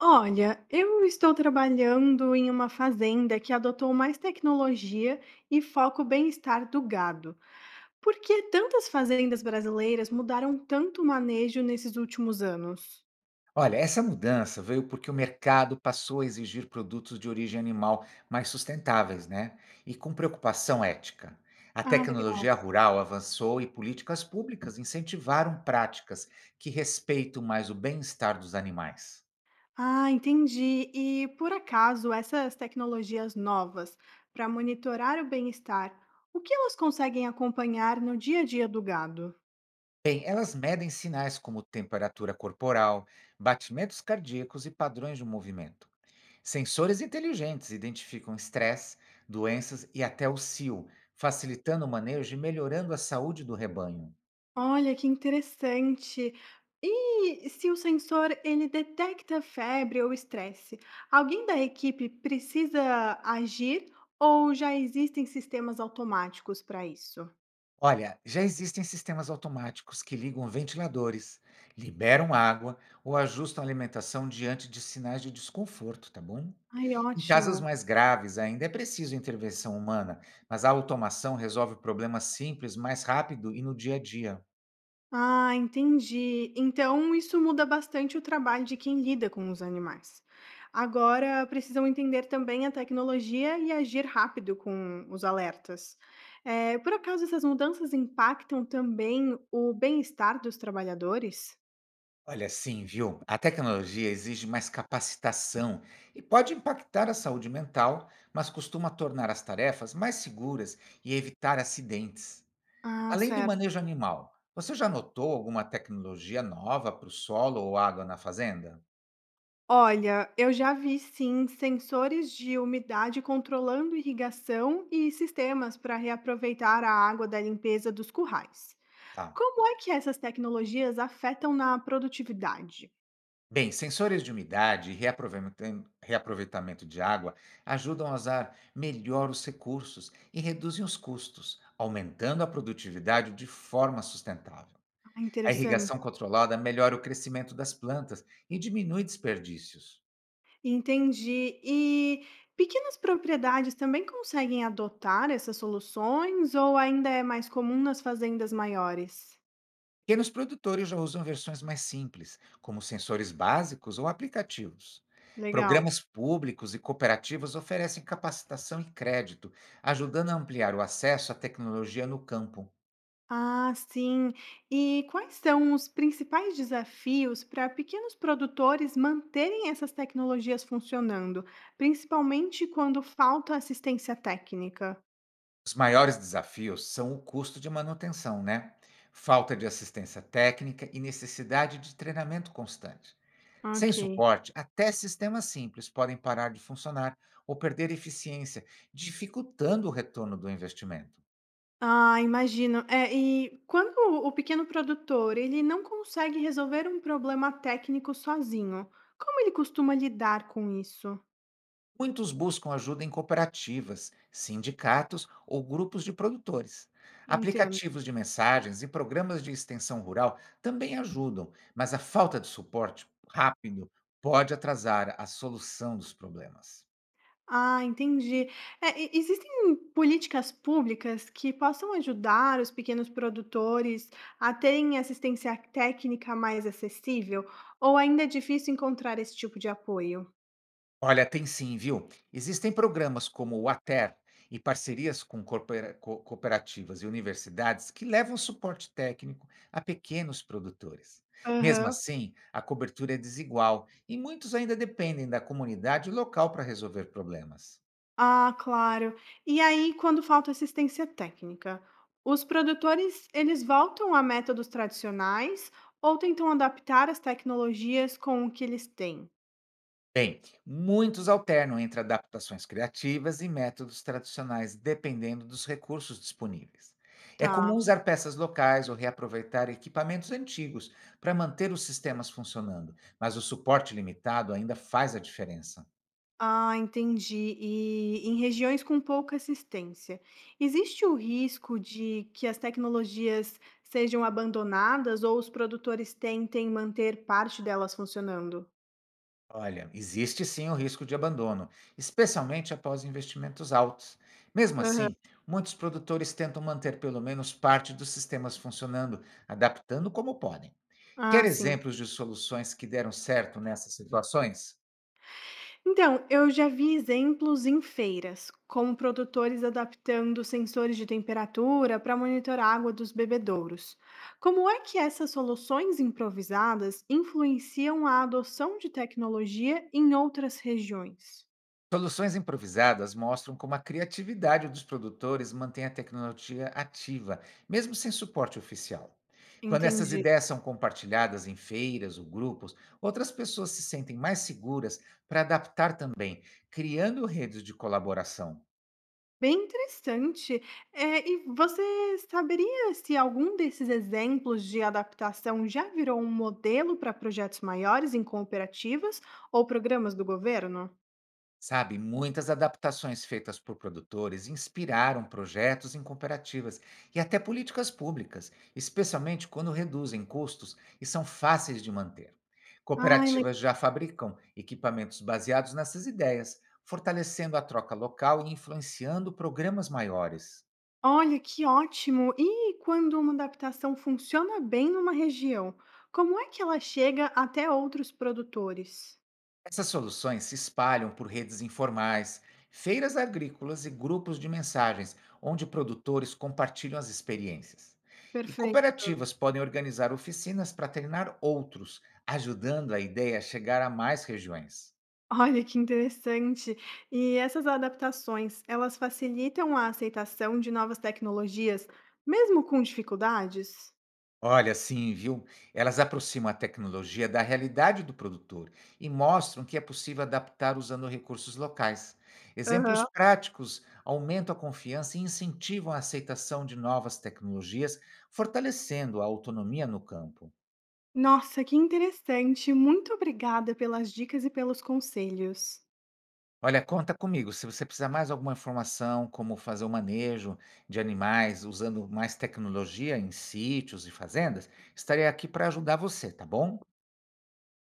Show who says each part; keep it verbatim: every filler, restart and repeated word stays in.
Speaker 1: Olha, eu estou trabalhando em uma fazenda que adotou mais tecnologia e foca o bem-estar do gado. Por que tantas fazendas brasileiras mudaram tanto o manejo nesses últimos anos?
Speaker 2: Olha, essa mudança veio porque o mercado passou a exigir produtos de origem animal mais sustentáveis, né? E com preocupação ética. A
Speaker 1: Ah, legal.
Speaker 2: tecnologia rural avançou e políticas públicas incentivaram práticas que respeitam mais o bem-estar dos animais.
Speaker 1: Ah, entendi. E por acaso essas tecnologias novas para monitorar o bem-estar, o que elas conseguem acompanhar no dia a dia do gado?
Speaker 2: Bem, elas medem sinais como temperatura corporal, batimentos cardíacos e padrões de movimento. Sensores inteligentes identificam estresse, doenças e até o cio, facilitando o manejo e melhorando a saúde do rebanho.
Speaker 1: Olha, que interessante. E se o sensor ele detecta febre ou estresse, alguém da equipe precisa agir ou já existem sistemas automáticos para isso?
Speaker 2: Olha, já existem sistemas automáticos que ligam ventiladores, liberam água ou ajustam a alimentação diante de sinais de desconforto, tá bom?
Speaker 1: Ai,
Speaker 2: Em casos
Speaker 1: ótimo.
Speaker 2: mais graves, ainda é preciso intervenção humana, mas a automação resolve problemas simples mais rápido e no dia a dia.
Speaker 1: Ah, entendi. Então isso muda bastante o trabalho de quem lida com os animais. Agora precisam entender também a tecnologia e agir rápido com os alertas. Eh, por acaso essas mudanças impactam também o bem-estar dos trabalhadores?
Speaker 2: Olha, sim, viu? A tecnologia exige mais capacitação e pode impactar a saúde mental, mas costuma tornar as tarefas mais seguras e evitar acidentes.
Speaker 1: Ah,
Speaker 2: Além do
Speaker 1: certo.
Speaker 2: manejo animal, você já notou alguma tecnologia nova para o solo ou água na fazenda?
Speaker 1: Olha, eu já vi sim sensores de umidade controlando irrigação e sistemas para reaproveitar a água da limpeza dos currais.
Speaker 2: Tá.
Speaker 1: Como é que essas tecnologias afetam na produtividade?
Speaker 2: Bem, sensores de umidade e reaproveitam- reaproveitamento de água ajudam a usar melhor os recursos e reduzem os custos, aumentando a produtividade de forma sustentável.
Speaker 1: Ah,
Speaker 2: A
Speaker 1: interessante.
Speaker 2: irrigação controlada melhora o crescimento das plantas e diminui desperdícios.
Speaker 1: Entendi. E pequenas propriedades também conseguem adotar essas soluções ou ainda é mais comum nas fazendas maiores?
Speaker 2: Pequenos produtores já usam versões mais simples, como sensores básicos ou aplicativos.
Speaker 1: Legal.
Speaker 2: Programas públicos e cooperativas oferecem capacitação e crédito, ajudando a ampliar o acesso à tecnologia no campo.
Speaker 1: Ah, sim. E quais são os principais desafios para pequenos produtores manterem essas tecnologias funcionando, principalmente quando falta assistência técnica?
Speaker 2: Os maiores desafios são o custo de manutenção, né? Falta de assistência técnica e necessidade de treinamento constante. Sem
Speaker 1: Ok.
Speaker 2: suporte, até sistemas simples podem parar de funcionar ou perder eficiência, dificultando o retorno do investimento.
Speaker 1: Ah, imagino. É, e quando o pequeno produtor, ele não consegue resolver um problema técnico sozinho, como ele costuma lidar com isso?
Speaker 2: Muitos buscam ajuda em cooperativas, sindicatos ou grupos de produtores.
Speaker 1: Entendo.
Speaker 2: Aplicativos de mensagens e programas de extensão rural também ajudam, mas a falta de suporte rápido pode atrasar a solução dos problemas.
Speaker 1: Ah, entendi. É, e- existem políticas públicas que possam ajudar os pequenos produtores a terem assistência técnica mais acessível? Ou ainda é difícil encontrar esse tipo de apoio?
Speaker 2: Olha, tem sim, viu? Existem programas como o A T E R e parcerias com corpora- co- cooperativas e universidades que levam suporte técnico a pequenos produtores. Mesmo
Speaker 1: Aham.
Speaker 2: assim, a cobertura é desigual e muitos ainda dependem da comunidade local para resolver problemas.
Speaker 1: Ah, claro. E aí, quando falta assistência técnica, os produtores eles voltam a métodos tradicionais ou tentam adaptar as tecnologias com o que eles têm?
Speaker 2: Bem, muitos alternam entre adaptações criativas e métodos tradicionais, dependendo dos recursos disponíveis. É comum
Speaker 1: Tá.
Speaker 2: usar peças locais ou reaproveitar equipamentos antigos para manter os sistemas funcionando, mas o suporte limitado ainda faz a diferença.
Speaker 1: Ah, entendi. E em regiões com pouca assistência, existe o risco de que as tecnologias sejam abandonadas ou os produtores tentem manter parte delas funcionando?
Speaker 2: Olha, existe sim o risco de abandono, especialmente após investimentos altos. Mesmo
Speaker 1: Aham.
Speaker 2: assim, muitos produtores tentam manter pelo menos parte dos sistemas funcionando, adaptando como podem. Quer
Speaker 1: Ah, sim.
Speaker 2: exemplos de soluções que deram certo nessas situações?
Speaker 1: Então, eu já vi exemplos em feiras, como produtores adaptando sensores de temperatura para monitorar a água dos bebedouros. Como é que essas soluções improvisadas influenciam a adoção de tecnologia em outras regiões?
Speaker 2: Soluções improvisadas mostram como a criatividade dos produtores mantém a tecnologia ativa, mesmo sem suporte oficial. Quando essas
Speaker 1: Entendi.
Speaker 2: ideias são compartilhadas em feiras ou grupos, outras pessoas se sentem mais seguras para adaptar também, criando redes de colaboração.
Speaker 1: Bem interessante. É, e você saberia se algum desses exemplos de adaptação já virou um modelo para projetos maiores em cooperativas ou programas do governo?
Speaker 2: Sabe, muitas adaptações feitas por produtores inspiraram projetos em cooperativas e até políticas públicas, especialmente quando reduzem custos e são fáceis de manter.
Speaker 1: Ai,
Speaker 2: Cooperativas já fabricam equipamentos baseados nessas ideias, fortalecendo a troca local e influenciando programas maiores.
Speaker 1: olha, que ótimo! E quando uma adaptação funciona bem numa região, como é que ela chega até outros produtores?
Speaker 2: Essas soluções se espalham por redes informais, feiras agrícolas e grupos de mensagens, onde produtores compartilham as experiências. E
Speaker 1: Perfeito.
Speaker 2: cooperativas podem organizar oficinas para treinar outros, ajudando a ideia a chegar a mais regiões.
Speaker 1: Olha, que interessante. E essas adaptações, elas facilitam a aceitação de novas tecnologias, mesmo com dificuldades?
Speaker 2: Olha, sim, viu? Elas aproximam a tecnologia da realidade do produtor e mostram que é possível adaptar usando recursos locais.
Speaker 1: Aham.
Speaker 2: Exemplos práticos aumentam a confiança e incentivam a aceitação de novas tecnologias, fortalecendo a autonomia no campo.
Speaker 1: Nossa, que interessante. Muito obrigada pelas dicas e pelos conselhos.
Speaker 2: Olha, conta comigo. Se você precisar mais alguma informação, como fazer o manejo de animais usando mais tecnologia em sítios e fazendas, estarei aqui para ajudar você, tá bom?